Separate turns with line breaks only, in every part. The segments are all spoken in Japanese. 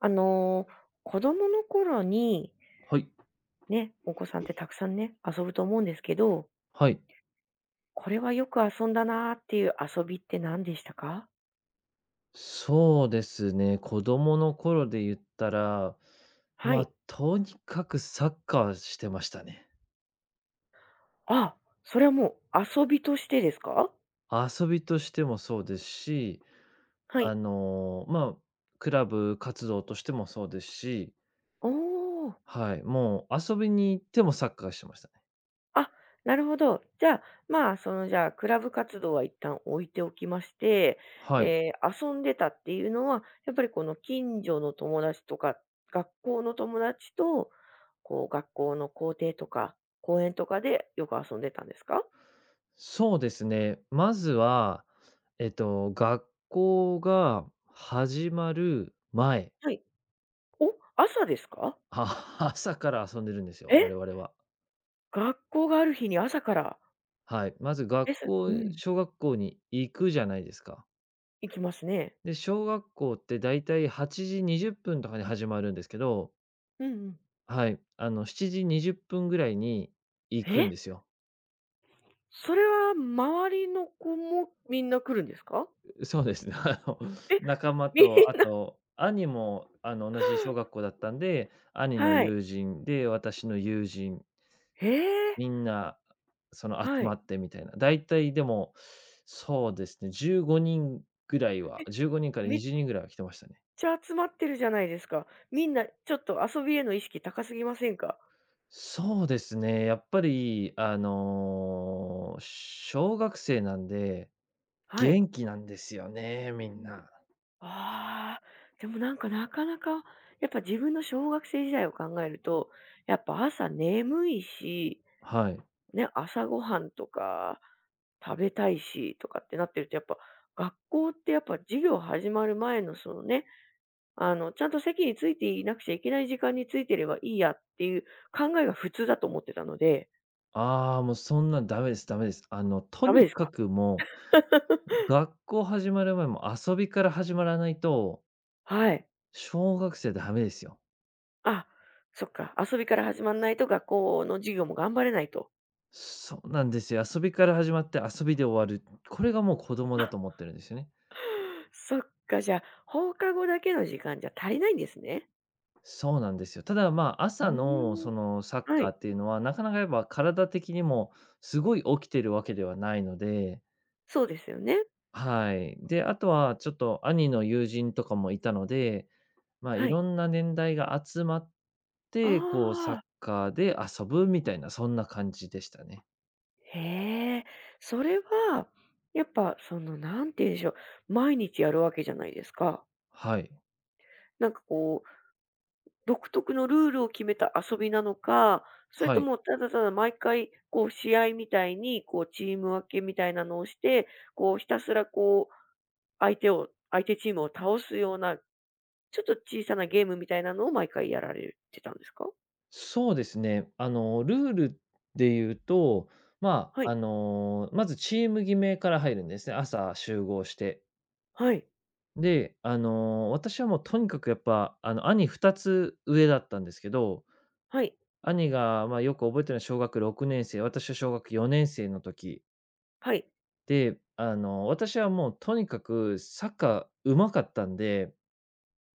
あの、子供の頃に、
はい。
ね、お子さんってたくさんね、遊ぶと思うんですけど、
はい。
これはよく遊んだなーっていう遊びって何でしたか？
そうですね。子供の頃で言ったら、
は
ま
い。
あ、とにかくサッカーしてましたね。
あ、それはもう遊びとしてですか？
遊びとしてもそうですし、
はい。
まあ、クラブ活動としてもそうですし、
おお。
はい、もう遊びに行ってもサッカーしてましたね。
あ、なるほど。じゃあ、まあ、その、じゃあ、クラブ活動は一旦置いておきまして、
はい。
遊んでたっていうのは、やっぱりこの近所の友達とか、学校の友達と、こう、学校の校庭とか、公園とかでよく遊んでたんですか？
そうですね。まずは、学校が始まる前、
はい。お、朝ですか？
あ 朝から遊んでるんですよ、我
え、
々は。
学校がある日に朝から。
はい。まず
え、
学
そう
校
ん、
小学校に行くじゃないですか。
行きますね。
で、小学校ってだいたい8時20分とかに始まるんですけど、
うんうん。
はい、7時20分ぐらいに行く
え、
んですよ。
それは周りの子もみんな来るんですか？
そうですね。
え、
仲間
み
と、あ
んな
と、兄も、同じ小 学校だったんで、兄の
はい。
友人で、私の友人、
へえ、
みんな、その、
は
集ま
い。
ってみたいな。だいたいでも、そうですね、
え、
15人から
めっ
20人ぐらいは来てましたね。
ちゃ集まってるじゃないですか。みんなちょっと遊びへの意識高すぎませんか？
そうですね、やっぱり、小学生なんで、
はい。
元気なんですよね、みんな。
ああ、でもなんかなかなか、やっぱ自分の小学生時代を考えると、やっぱ朝眠いし、
はい。
ね、朝ごはんとか食べたいしとかってなってると、やっぱ学校ってやっぱ授業始まる前のそのね、ちゃんと席についていなくちゃいけない時間についてればいいやっていう考えが普通だと思ってたので
ああ、もうそんなんダメですダメです。と
ダメ
に
です
か
か？
くもう、学校始まる前も遊びから始まらないと、
はい。
小学生ダメですよ。
あ、そっか、遊びから始まらないと学校の授業も頑張れないと。
そうなんですよ。遊びから始まって遊びで終わる。これがもう子供だ
あ、
と思ってるんですよね。
そっか、じゃあ、放課後だけの時間じゃ足りないんですね。
そうなんですよ。ただ、まあ、
う
朝の
ーん。
そのサッ
は
カー
い、
っていうのは、なかなかやっぱ体的にもすごい起きてるわけではないので、
そうですよね。
はい。で、あとはちょっと兄の友人とかもいたので、まあ、
は
い
い。
ろんな年代が集まって、こうサッ
ああ、
カーで遊ぶみたいな、そんな感じでしたね。
へえ、それは、やっぱその、なんて言うんでしょう、毎日やるわけじゃないですか。
はい。
なんかこう独特のルールを決めた遊びなのか、それ
は
と
い。
もただただ毎回こう試合みたいにこうチーム分けみたいなのをして、こうひたすらこう相手チームを倒すような、ちょっと小さなゲームみたいなのを毎回やられてたんですか？
そうですね。ルールで言うと、ま
は
あ、
い、
まずチーム決めから入るんですね。朝集合して。
はい、
で、私はもうとにかくやっぱ、兄2つ上だったんですけど、
はい、
兄が、まあ、よく覚えてるのは小学6年生、私は小学4年生の時
はい。
で、私はもうとにかくサッカー上手かったんで、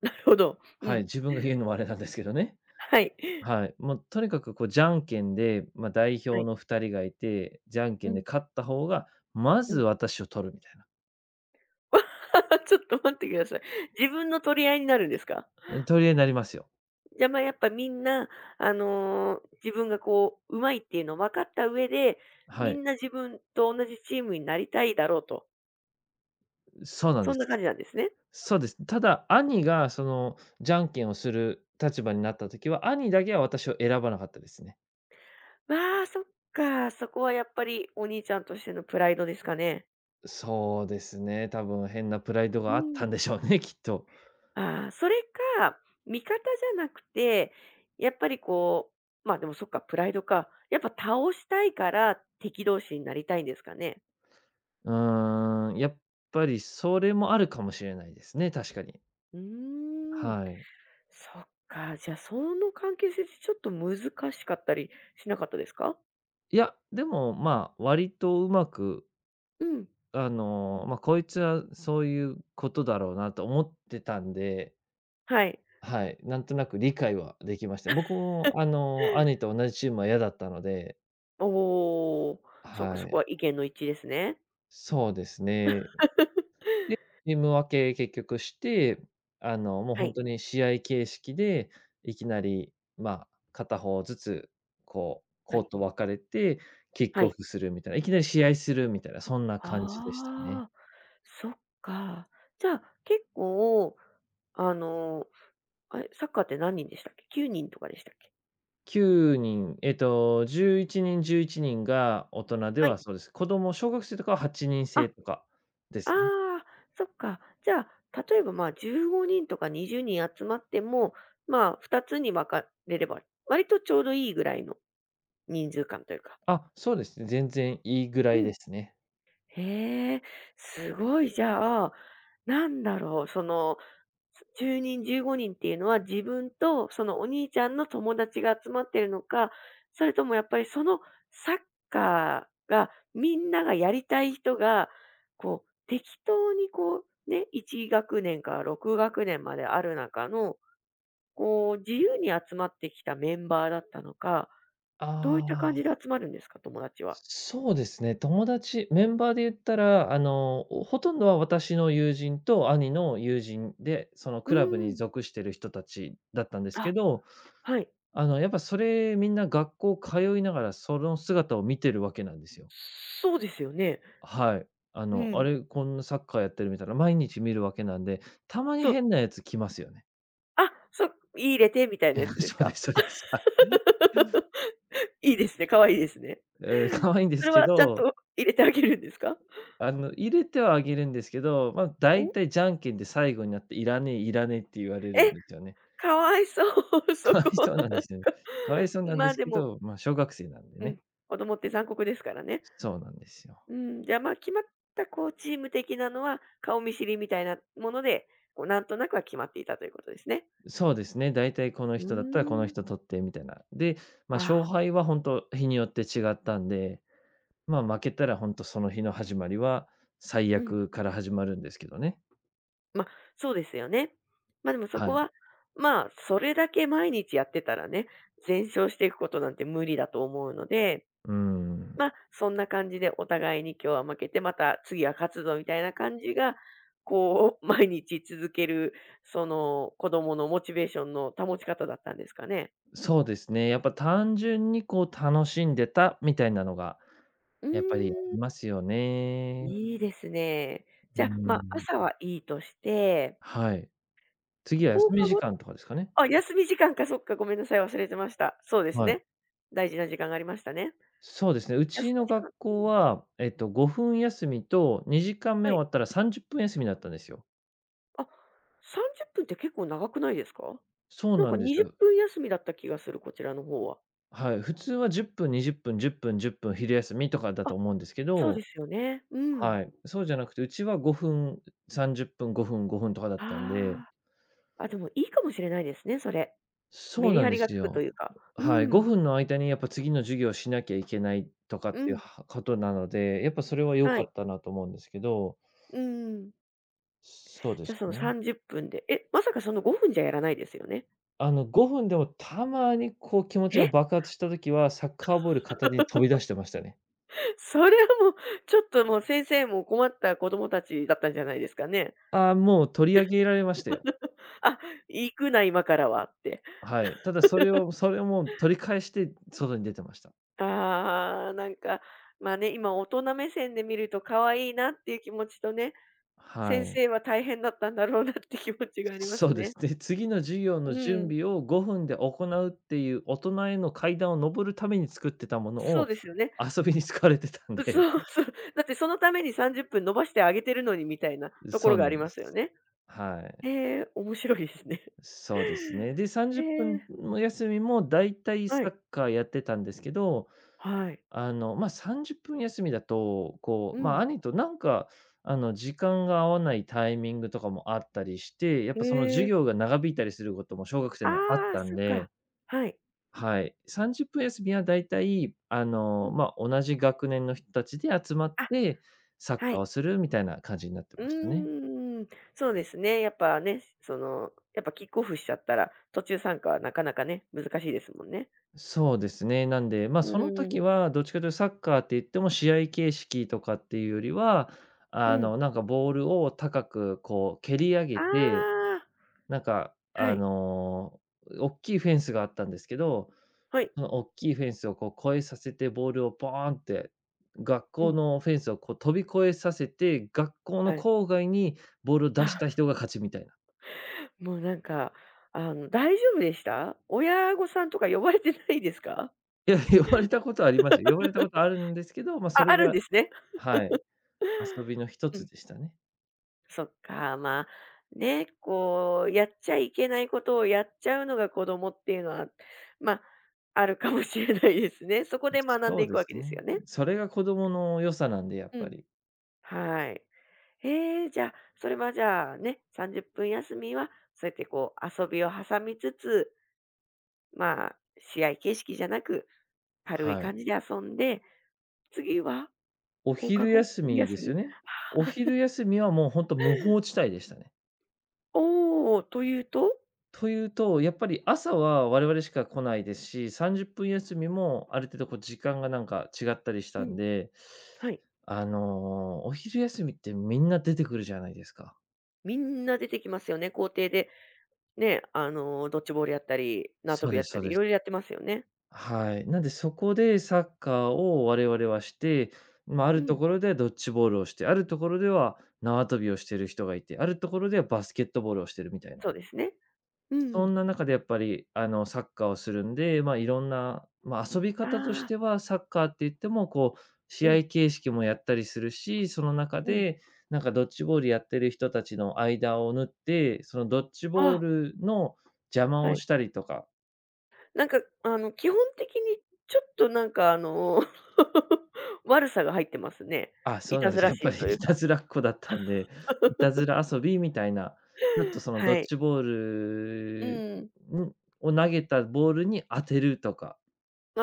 なるほど。う
はい、
ん。
自分が言うのもあれなんですけどね。
はい。
はい、もうとにかくこうじゃんけんで、まあ、代
は
表
い。
の2人がいて、じゃんけ
う
ん
ん、
で勝った方が、ま
う
ず
ん。
私を取るみたい
ちょっと待ってください。自分の取り合いになるんですか？
な、うん、取り合いになりますよ。
じゃ、ま、やっぱみんな、自分がこう、上手いっていうのを分かった上で、
は
み
い、
んな自分と同じチームになりたいだろうと、
そうなん
そ
で
んな感
す。
じなんですね。
そうです。ただ、兄がその、じゃんけんをする立場になった時は、兄だけは私を選ばなかったですね。
まあ、そっか、そこはやっぱりお兄ちゃんとしてのプライドですかね。
そうですね、多分変なプライド
う
があったん
ん。
でしょうね、きっと。
ああ、それか、味方じゃなくて、やっぱりこう、ま、あでもそっか、プライドか。やっぱ倒したいから敵同士になりたいんですかね？
うーん、やっぱりそれもあるかもしれないですね、確かに。
うーん。
はい。
そっか、じゃあ、その関係性ってちょっと難しかったりしなかったですか？
いや、でも、まあ、割とうまく、
うん。
まあ、こいつはそういうことだろうなと思ってたんで、
はい。
はい、なんとなく理解はできました。僕も兄と同じチームは嫌だったので、
おお、そこ
は
そこ
い。
は意見の一致ですね。
そうですね。で、チーム分け結局して、もう
は
本
い、
当に試合形式で、いきなり、まあ、片方ずつ、こう、
は
コー
い、
ト分かれて、キッ
は
クオ
い。
フするみたいな、いきなり試合するみたいな、そんな感じでしたね。
ああ、そっか。じゃあ、結構、あの、あれ、サッカーって何人でしたっけ？9人とかでしたっけ？
9人、11人、11人が大人で
はい。
はそうです。子供、小学生とかは8人
あ、あ
制とかですね。
あ、そっか。じゃあ、例えば、まあ、15人とか20人集まっても、まあ、2つに分かれれば、割とちょうどいいぐらいの人数感というか。
あ、そうですね、全然いいぐら
う
い
ん。
ですね。
へえ、すごい。じゃあ、なんだろう、その、10人、15人っていうのは自分とそのお兄ちゃんの友達が集まってるのか、それともやっぱりそのサッカーがみんながやりたい人が、こう、適当にこう、ね、1学年から6学年まである中の、こう、自由に集まってきたメンバーだったのか、どういった感
あ
じで
あ。
集まるんですか、友達は？
そうですね、友達メンバーで言ったら、ほとんどは私の友人と兄の友人で、その
う
ク
ー
ラブに
ん。
属してる人たちだったんですけ
あ、
ど、
はい。
やっぱそれみんな学校通いながらその姿を見てるわけなんですよ。
そうですよね。
はい。あ
う
の、あ
ん。
れ、こんなサッカーやってるみたいな、毎日見るわけなんで、たまに
そう。
変なやつ来ますよね。
あ、そう、入れてみたいなやつ です
そうで
か？
すそうです。はい。
いいですね、可愛いいですね。
えー、 可愛いんで
そ
す
れ
け
はちゃん
ど、
と入れてあげるんですか？
入れてはあげるんですけど、まあ、大
お、
体じゃんけんで最後になって「いらねえ、いらねえ」って言われるん
え、
ですよね。
かわいそう、そ
かわい
こは
そうなん
な
で
ん
すよ
か。
ね。かわいそうな ん
ま
で
あ、
す
で
け
も、
ど、まあ、小学生なんで
う
ね。
ん、子供って残酷ですからね。
そうなんですよ。
うん、じゃあ、ま、あ決まったこうチーム的なのは、顔見知りみたいなもので、こうなんとなくは決まっていたということですね。
そうですね、大体この
うー
人だったらこの
ん。
人取ってみたいな。で、ま
あ
あ、勝
あ、
敗は本当日によって違ったんで、まあ、負けたら本当その日の始まりは最
うん。
悪から始まるんですけどね。
まあ、そうですよね。ま、でもそ
は
こ
い。
は、まあ、それだけ毎日やってたらね、全勝していくことなんて無理だと思うので、
うん。
まあ、そんな感じでお互いに今日は負けて、また次は勝つぞみたいな感じが、こう、毎日続ける、その、子供のモチベーションの保ち方だったんですかね？
そうですね、やっぱ単純にこう楽しんでたみたいなのが
うー
やっぱりあ
ん、
りますよね。
いいですね。
う
じゃ、あまあ、
ん。
朝はいいとして、
はい。次は
放
休み
課
時
後
間とかですかね。
あ、休み時間か、そっか、ごめんなさい、忘れてました。そうです
はい。
ね。大事な時間がありましたね。
そうですね、う
休
ち
み
の
時
学
間
校
うん、
は、5分休みと2時間目
はい。
終わったら30分休みだったんですよ。
あ、30分っぷんって結構長くないですか？
そう
なん
な
か
んです
20
よ。
分休みだった気がする、こちらの方は。
はい。普通は10分、20分、10分、10分昼休みとかだと
あ、
思うんですけ
そう
ど、
ですよね。うん。
はい。そうじゃなくて、うちは5分、30分、5分、5分とかだったんで、
ああ、あ、でもいいかもしれないですね、それ。
そ
メ
う
リ
なん
ハ
で
リが
す
つくと
よ。
いうか。う
はい、
ん、
5分の間にやっぱ次の授業をしなきゃいけないとかっ
う
ていう
ん、
はことなので、やっぱそれは良
は
か
い。
ったなと思うんですけど、
うんうんはいうん
そうで
じゃ、
す
その
ね。
30分で、え、まさかその5分じゃやらないですよね？
あの5分でもたまにこう気持ちが
え？
爆発した時は、サッカーボール片手に飛び出してましたね。
それはもう、ちょっともう先生も困った子供たちだったんじゃないですかね。
ああ、もう取り上げられましたよ。
あ、行くな今からはって。
はい。ただそれをもう取り返して外に出てました。
ああ、なんか、まあね、今大人目線で見ると可愛いなっていう気持ちとね、
は
先
い。
生は大変だったんだろうなって気持ちがありま
そ
す
うです。
ね。
で、次の授業の
う
準
ん。
備を5分で行うっていう大人への階段を上るために作ってたもの
そう
を
ですよね。
遊びに使われてたん
う、
で、
そうそう。だってそのために30分伸ばしてあげてるのにみたいな とこ
そ
ろ
う
があ
な
り
んで
ますよ
す。
ね。
はい、
ええ、面白いですね。
そうですね。で、
え
30分
え、
の休みもだいたい
は
サ
い。
ッカーやってたんですけど、
はい。
まあ、30分休みだと、こ
う
う、まあ、
ん。
兄となんか、時間が合わないタイミングとかもあったりして、やっ
え
ぱその授
え。
業が長引いたりすることも小学生にはあっ
ああ、
たん
そっ
で、
か。はい。
はい。30分休みはだいたい、
うん。
まあ、同じ学年の人たちで集まっ
あ、
て、サッ
は
カー
い。
をするみたいな感じになって
う
ましたね。
ーん、そうですね。やっぱね、その、やっぱキックオフしちゃったら、途中参加はなかなかね、難しいですもんね。
そうですね。なんで、まあ、
う
その
ー
時
ん、
はどっちかというとサッカーって言っても試合形式とかっていうよりは、
うん。
なんかボールを高くこう蹴り上げ
あ
て、
あ、
なんか、
はい。
おきいフェンスがあったんですけど、
はい。
その大きいフェンスをこう越えさせて、ボールをポーンって、学
う
校
ん、
のフェンスをこう飛び越えさせて、学校の
はい。
郊外にボールを出した人 が勝ちみたいな。
もうなんか、大丈夫でした？親御さんとか呼ばれてないですか？
いや、呼ばれたことありますよ。呼ば れたことあるんですけど、まあ、そ
あ、
れ
あるんで
が、
すね。
はい、遊びの一
う
つ
ん。
でしたね。
そっか、まあ、ね、こう、やっちゃいけないことをやっちゃうのが子供っていうのは、まあ、あるかもしれないですね。そこで学んで
そう
いく
で
わけ
す
です
ね。
よね。
それが子供の良さなんで、やっ
う
ぱ
ん。
り。
はい。じゃあ、それはじゃあね、30分休みは、そうやってこう遊びを挟みつつ、まあ、試合形式じゃなく、軽い
は
感
い。
じで遊んで、次は
お
放課
昼
後、
休
昼
みで
休
すよ
み？
ね。お昼休みはもう本当無法地帯でしたね。
おお、というと？
というと、やっぱり朝は我々しか来ないですし、30分休みもある程度こう時間がなんか違ったりし
う
た
ん。
んで、
はい。
お昼休みってみんな出てくるじゃないですか。
みんな出てきますよね、校庭でね、ドッジボールやったり、縄跳
そう
び
で
や
す
った
そう
り、い
で
ろ
す。
いろやってますよね。
はい。なんでそこでサッカーを我々はして、まあ、あ
う
ると
ん、
ころではドッジボールをして、あるところでは縄跳びをしてる人がいて、あるところではバスケットボールをしてるみたいな。
そうですね。う
そ
ん
んな中でやっぱり、サッカーをするんで、まあ、いろんな、まあ、遊び方とし
ああ、
ては、サッカーって言っても、こう、
う
試
ん、
合形式もやったりするし、その中
うん。
で、なんかドッジボールやってる人たちの間を縫って、そのドッジ
あ
ボー
あ、
ルの邪魔
は
を
い。
したりとか、
なんか、基本的にちょっとなんか、悪さが入ってますね。
あ、
い
そうな
た
んで
ず
す、
ら
やっぱ
心
り
という
いた
か。
ずらっ子だったんで、いたずら遊びみたいな、ちょっとそのド
は
ッ
い。
ジボー
う
ル、
ん。
んを投げたボールに当てるとか、
あ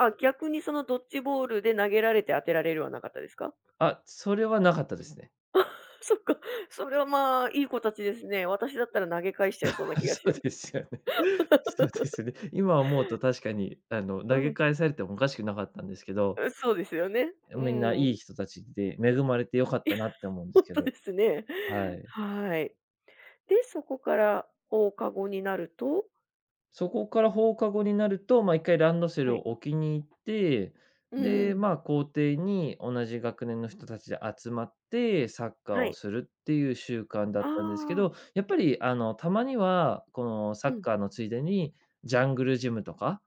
あ、あ、逆にそのドッジボールで投げられて当てられるはなかったですか？
あ、それはなかったですね。
そっか、それはまあ、いい子たちですね。私だったら投げ返しちゃいそうな気 が
そ
し
う
ま
で
す。
すよね。そうですね。今思うと確かに、投げ返されてもおかしくなかったんですけど、
うん、そうですよね。う
みんない
ん。
い人たちで恵まれて良かったなって思うんです
本
け
当で
ど、
すね。
はい。
はい。で、そこから放課後になると
そこから放課後になると、まあ、一回ランドセ
は
ルを
い。
置きに行って、
う
で、
ん。
まあ、校庭に同じ学年の人たちで集まって、サッカー
は
を
い。
するっていう習慣だ
あ
ったんですけ
あ、
ど、やっぱり、たまには、このサ
う
ッ
ん。
カーのついでに、ジャングルジムとか、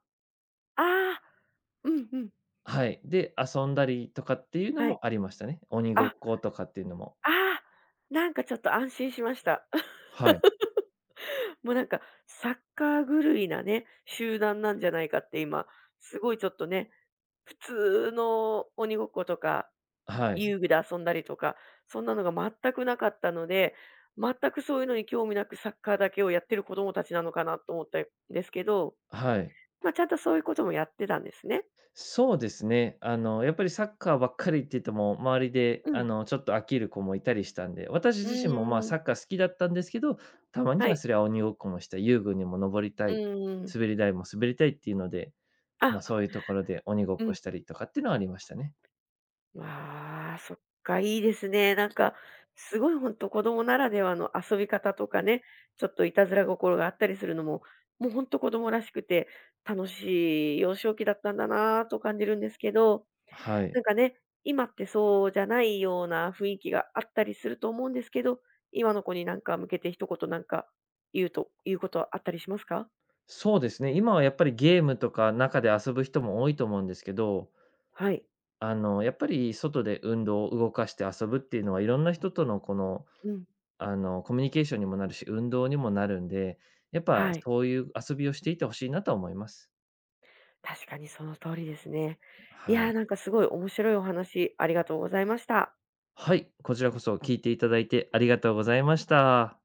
ああ、うんうん。
はい、で、遊んだりとかっていうの
はい。
もありましたね。鬼ご
あ、
っことかっていうのも。
ああ、なんかちょっと安心しました。
はい。
もうなんかサッカー狂いなね、集団なんじゃないかって今、すごいちょっとね、普通の鬼ごっことか
はい。
遊具で遊んだりとか、そんなのが全くなかったので、全くそういうのに興味なくサッカーだけをやってる子供たちなのかなと思ったんですけど、
はい。
まあ、ちゃんとそういうこともやってたんですね。
そうですね。やっぱりサッカーばっかりって言っても、周りで、
うん。
ちょっと飽きる子もいたりしたんで、私
う
自身も、まあ、
ーん。
サッカー好きだったんですけど、たまに
は
は
い。
それは鬼ごっこもした、遊具にも登りた
う
い、
ーん。
滑り台も滑りたいっていうので、
あ、
まあ、そういうところで鬼ごっ
う
こ
ん。
したりとかっていうのはありましたね。
わあ、そっか、いいですね。なんか、すごい本当子供ならではの遊び方とかね、ちょっといたずら心があったりするのも、もう本当子供らしくて、楽しい幼少期だったんだなぁと感じるんですけど
は
な
い。
んかね、今ってそうじゃないような雰囲気があったりすると思うんですけど、今の子になんか向けて一言なんか言うと言うことはあったりしますか？
そうですね。今はやっぱりゲームとか中で遊ぶ人も多いと思うんですけど、
はい。
やっぱり外で運動を動かして遊ぶっていうのは、いろんな人とのこの、
うん。
コミュニケーションにもなるし、運動にもなるんで、やっぱ
はい。
そういう遊びをしていてほしいなとは思います。
確かにその通りですね。い
は
やー、
い。
なんかすごい面白いお話ありがとうございました。
はい、こちらこそ聞いていただいてありがとうございました。